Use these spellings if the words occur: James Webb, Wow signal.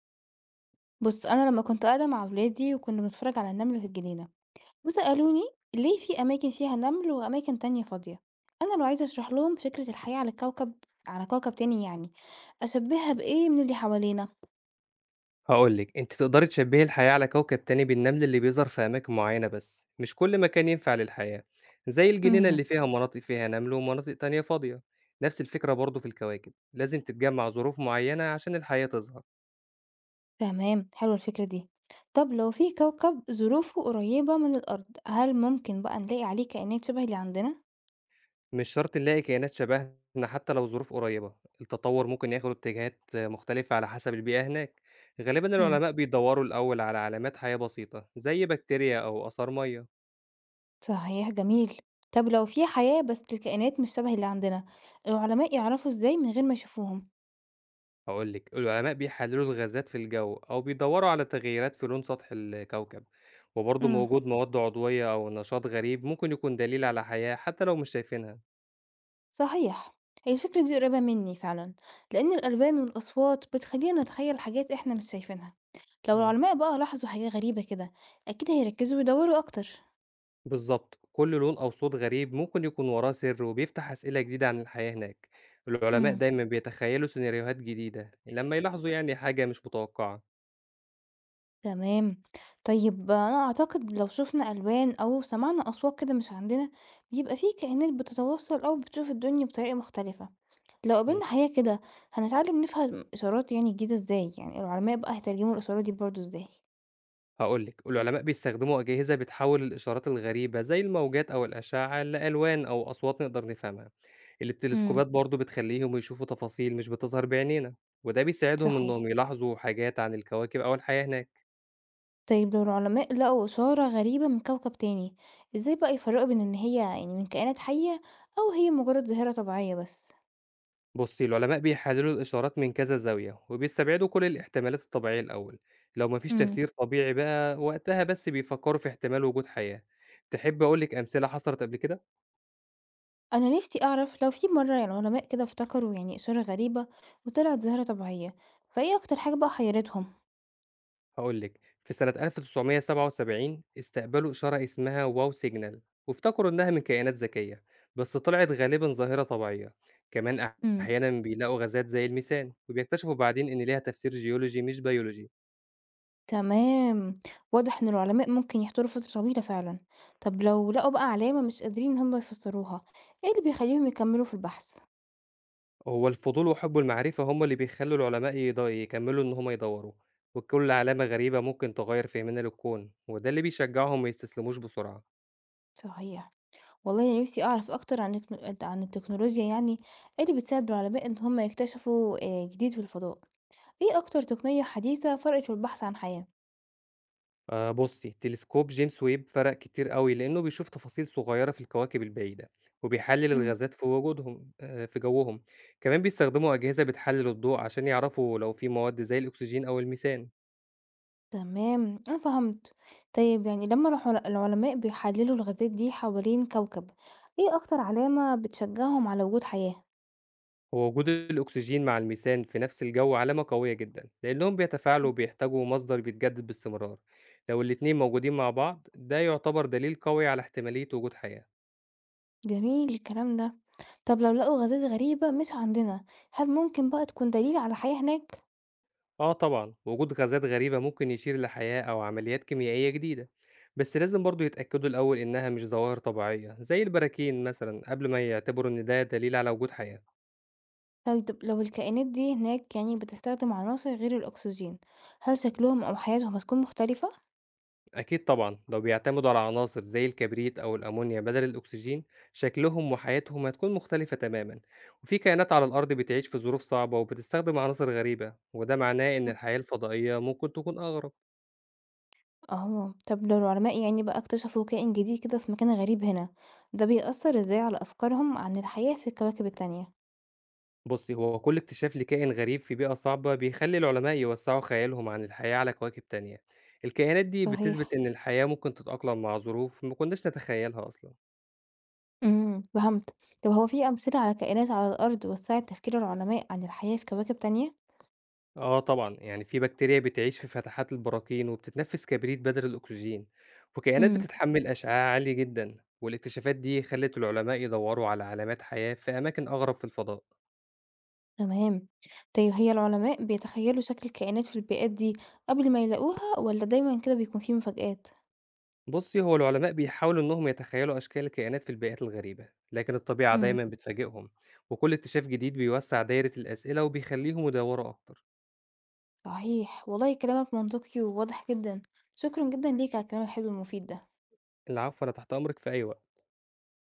بُص، أنا لمّا كنت قاعدة مع ولادي وكنا بنتفرج على النمل في الجنينة، وسألوني ليه في أماكن فيها نمل وأماكن تانية فاضية؟ أنا لو عايزة أشرح لهم فكرة الحياة على الكوكب على كوكب تاني أشبهها بإيه من اللي حوالينا؟ هاقول لِك، أنتِ تقدري تشبّهي الحياة على كوكب تاني بالنمل اللي بيظهر في أماكن معيّنة بس، مش كل مكان ينفع للحياة، زي الجنينة اهم. اللي فيها مناطق فيها نمل ومناطق تانية فاضية. نفس الفكرة برضه في الكواكب، لازم تتجمّع ظروف معيّنة عشان الحياة تظهر، تمام، حلوة الفكرة دي. طب لو في كوكب ظروفه قريبة من الأرض، هل ممكن بقى نلاقي عليه كائنات شبه اللي عندنا؟ مش شرط نلاقي كائنات شبهنا حتى لو الظروف قريّبة، التطوّر ممكن ياخد اتجاهات مختلفة على حسب البيئة هناك. غالبًا امم، العلماء بيدوّروا الأول على علامات حياة بسيطة، زي بكتيريا أو آثار مَيّة. صحيح، جميل. طب لو في حياة بس الكائنات مش شبه اللي عندنا، العلماء يعرفوا إزاي من غير ما يشوفوهم؟ هاقول لِك، العلماء بيحلّلوا الغازات في الجو أو بيدوّروا على تغييرات في لون سطح الكوكب، وبرضه امم. وجود مواد عضوية أو نشاط غريب ممكن يكون دليل على حياة حتى لو مش شايفينها. صحيح، هي الفكرة دي قريبة مني فعلا، لأن الألوان والأصوات بتخلينا نتخيل حاجات إحنا مش شايفينها. لو إمم. العلماء بقى لاحظوا حاجة غريبة كده، أكيد هيركزوا ويدوروا أكتر. بالضبط، كل لون أو صوت غريب ممكن يكون وراه سر وبيفتح أسئلة جديدة عن الحياة هناك. العلماء امم، دايمًا بيتخيّلوا سيناريوهات جديدة لمّا يلاحظوا يعني حاجة مش متوقعة. تمام. طيب أنا أعتقد لو شفنا ألوان أو سمعنا أصوات كده مش عندنا، بيبقى فيه كائنات بتتوصل أو بتشوف الدنيا بطريقة مختلفة. لو إمم. قابلنا حياة كده، هنتعلم نفهم إشارات جديدة إزاي، يعني العلماء بقى هيترجموا الإشارات دي برضو إزاي؟ هاقول لِك، العلماء بيستخدموا أجهزة بتحوّل الإشارات الغريبة زي الموجات أو الأشعة لألوان أو أصوات نقدر نفهمها. التلسكوبات امم، برضه بتخلّيهم يشوفوا تفاصيل مش بتظهر بعينينا، وده بيساعدهم صحيح. إنهم يلاحظوا حاجات عن الكواكب أو الحياة هناك. طيب لو العلماء لقوا إشارة غريبة من كوكب تاني، ازاي بقى يفرقوا بين ان هي من كائنات حية او هي مجرد ظاهرة طبيعية بس؟ بُصّي، العلماء بيحللوا الإشارات من كذا زاوية، وبيستبعدوا كل الاحتمالات الطبيعية الأول، لو ما فيش امم. تفسير طبيعي بقى وقتها بس بيفكّروا في احتمال وجود حياة. تحبّي أقول لِك أمثلة حصلت قبل كده؟ انا نفسي اعرف لو في مرة العلماء كده افتكروا إشارة غريبة وطلعت ظاهرة طبيعية، فايه اكتر حاجة بقى حيرتهم؟ هاقول لِك، في سنة 1977 استقبلوا إشارة اسمها واو سيجنال، وافتكروا إنها من كائنات ذكية، بس طلعت غالبًا ظاهرة طبيعية، كمان امم، أحيانًا بيلاقوا غازات زي الميثان، وبيكتشفوا بعدين إن ليها تفسير جيولوجي مش بيولوجي، تمام. واضح ان العلماء ممكن يحتاروا فترة طويلة فعلا. طب لو لقوا بقى علامة مش قادرين ان هم يفسروها، ايه اللي بيخليهم يكملوا في البحث؟ هو الفضول وحب المعرفة هم اللي بيخلّوا العلماء يكمّلوا إن هم يدوّروا، وكُلّ علامة غريبة ممكن تغيّر فهمنا للكون، وده اللي بيشجعهم ما يستسلموش بسرعة. صحيح. والله أنا نفسي أعرف أكتر عن عن التكنولوجيا. إيه اللي بتساعد العلماء إن هم يكتشفوا جديد في الفضاء؟ إيه أكتر تقنية حديثة فرقت في البحث عن حياة؟ بُصّي، تلسكوب جيمس ويب فرق كتير أوي، لإنه بيشوف تفاصيل صغيرة في الكواكب البعيدة، وبيحلل مم. الغازات في وجودهم في جوّهم، كمان بيستخدموا أجهزة بتحلل الضوء عشان يعرفوا لو في مواد زي الأكسجين أو الميثان، تمام، أنا فهمت. طيب يعني لما العلماء بيحللوا الغازات دي حوالين كوكب، إيه أكتر علامة بتشجعهم على وجود حياة؟ هو وجود الأكسجين مع الميثان في نفس الجو علامة قوية جدًا، لإنهم بيتفاعلوا مم. وبيحتاجوا مصدر بيتجدد باستمرار، لو الاتنين موجودين مع بعض ده يعتبر دليل قوي على احتمالية وجود حياة. جميل الكلام ده. طب لو لقوا غازات غريبة مش عندنا، هل ممكن بقى تكون دليل على حياة هناك؟ آه طبعًا، وجود غازات غريبة ممكن يشير لحياة أو عمليات كيميائية جديدة، بس لازم برضه يتأكدوا الأول إنها مش ظواهر طبيعية زي البراكين مثلًا قبل ما يعتبروا إن ده دليل على وجود حياة، طيب لو الكائنات دي هناك بتستخدم عناصر غير الأكسجين، هل شكلهم أو حياتهم هتكون مختلفة؟ أكيد طبعًا لو بيعتمدوا على عناصر زي الكبريت أو الأمونيا بدل الأكسجين شكلهم وحياتهم هتكون مختلفة تمامًا، وفي كائنات على الأرض بتعيش في ظروف صعبة وبتستخدم عناصر غريبة، وده معناه إن مم. الحياة الفضائية ممكن تكون أغرب. اه، طب لو العلماء بقى اكتشفوا كائن جديد كده في مكان غريب هنا، ده بيأثر ازاي على أفكارهم عن الحياة في الكواكب التانية؟ بُصّي، هو كل اكتشاف لكائن غريب في بيئة صعبة بيخلّي العلماء يوسّعوا خيالهم عن الحياة على كواكب تانية. الكائنات دي بتثبت صحيح، إن الحياة ممكن تتأقلم مع ظروف ما كناش نتخيلها أصلًا. امم، فهمت. طب هو في أمثلة على كائنات على الأرض وسعت تفكير العلماء عن الحياة في كواكب تانية؟ آه طبعًا، يعني في بكتيريا بتعيش في فتحات البراكين وبتتنفّس كبريت بدل الأكسجين، وكائنات مم. بتتحمّل أشعة عالية جدًا، والاكتشافات دي خلّت العلماء يدوّروا على علامات حياة في أماكن أغرب في الفضاء. تمام. طيب هي العلماء بيتخيلوا شكل الكائنات في البيئات دي قبل ما يلاقوها، ولا دايما كده بيكون في مفاجآت؟ بُصّي، هو العلماء بيحاولوا إنهم يتخيّلوا أشكال الكائنات في البيئات الغريبة، لكن الطبيعة دايمًا بتفاجئهم، وكل اكتشاف جديد بيوسّع دايرة الأسئلة وبيخلّيهم يدوّروا أكتر. صحيح، والله كلامك منطقي وواضح جدا. شكرا جدا ليك على الكلام الحلو المفيد ده. العفو، أنا تحت أمرِك في أي وقت.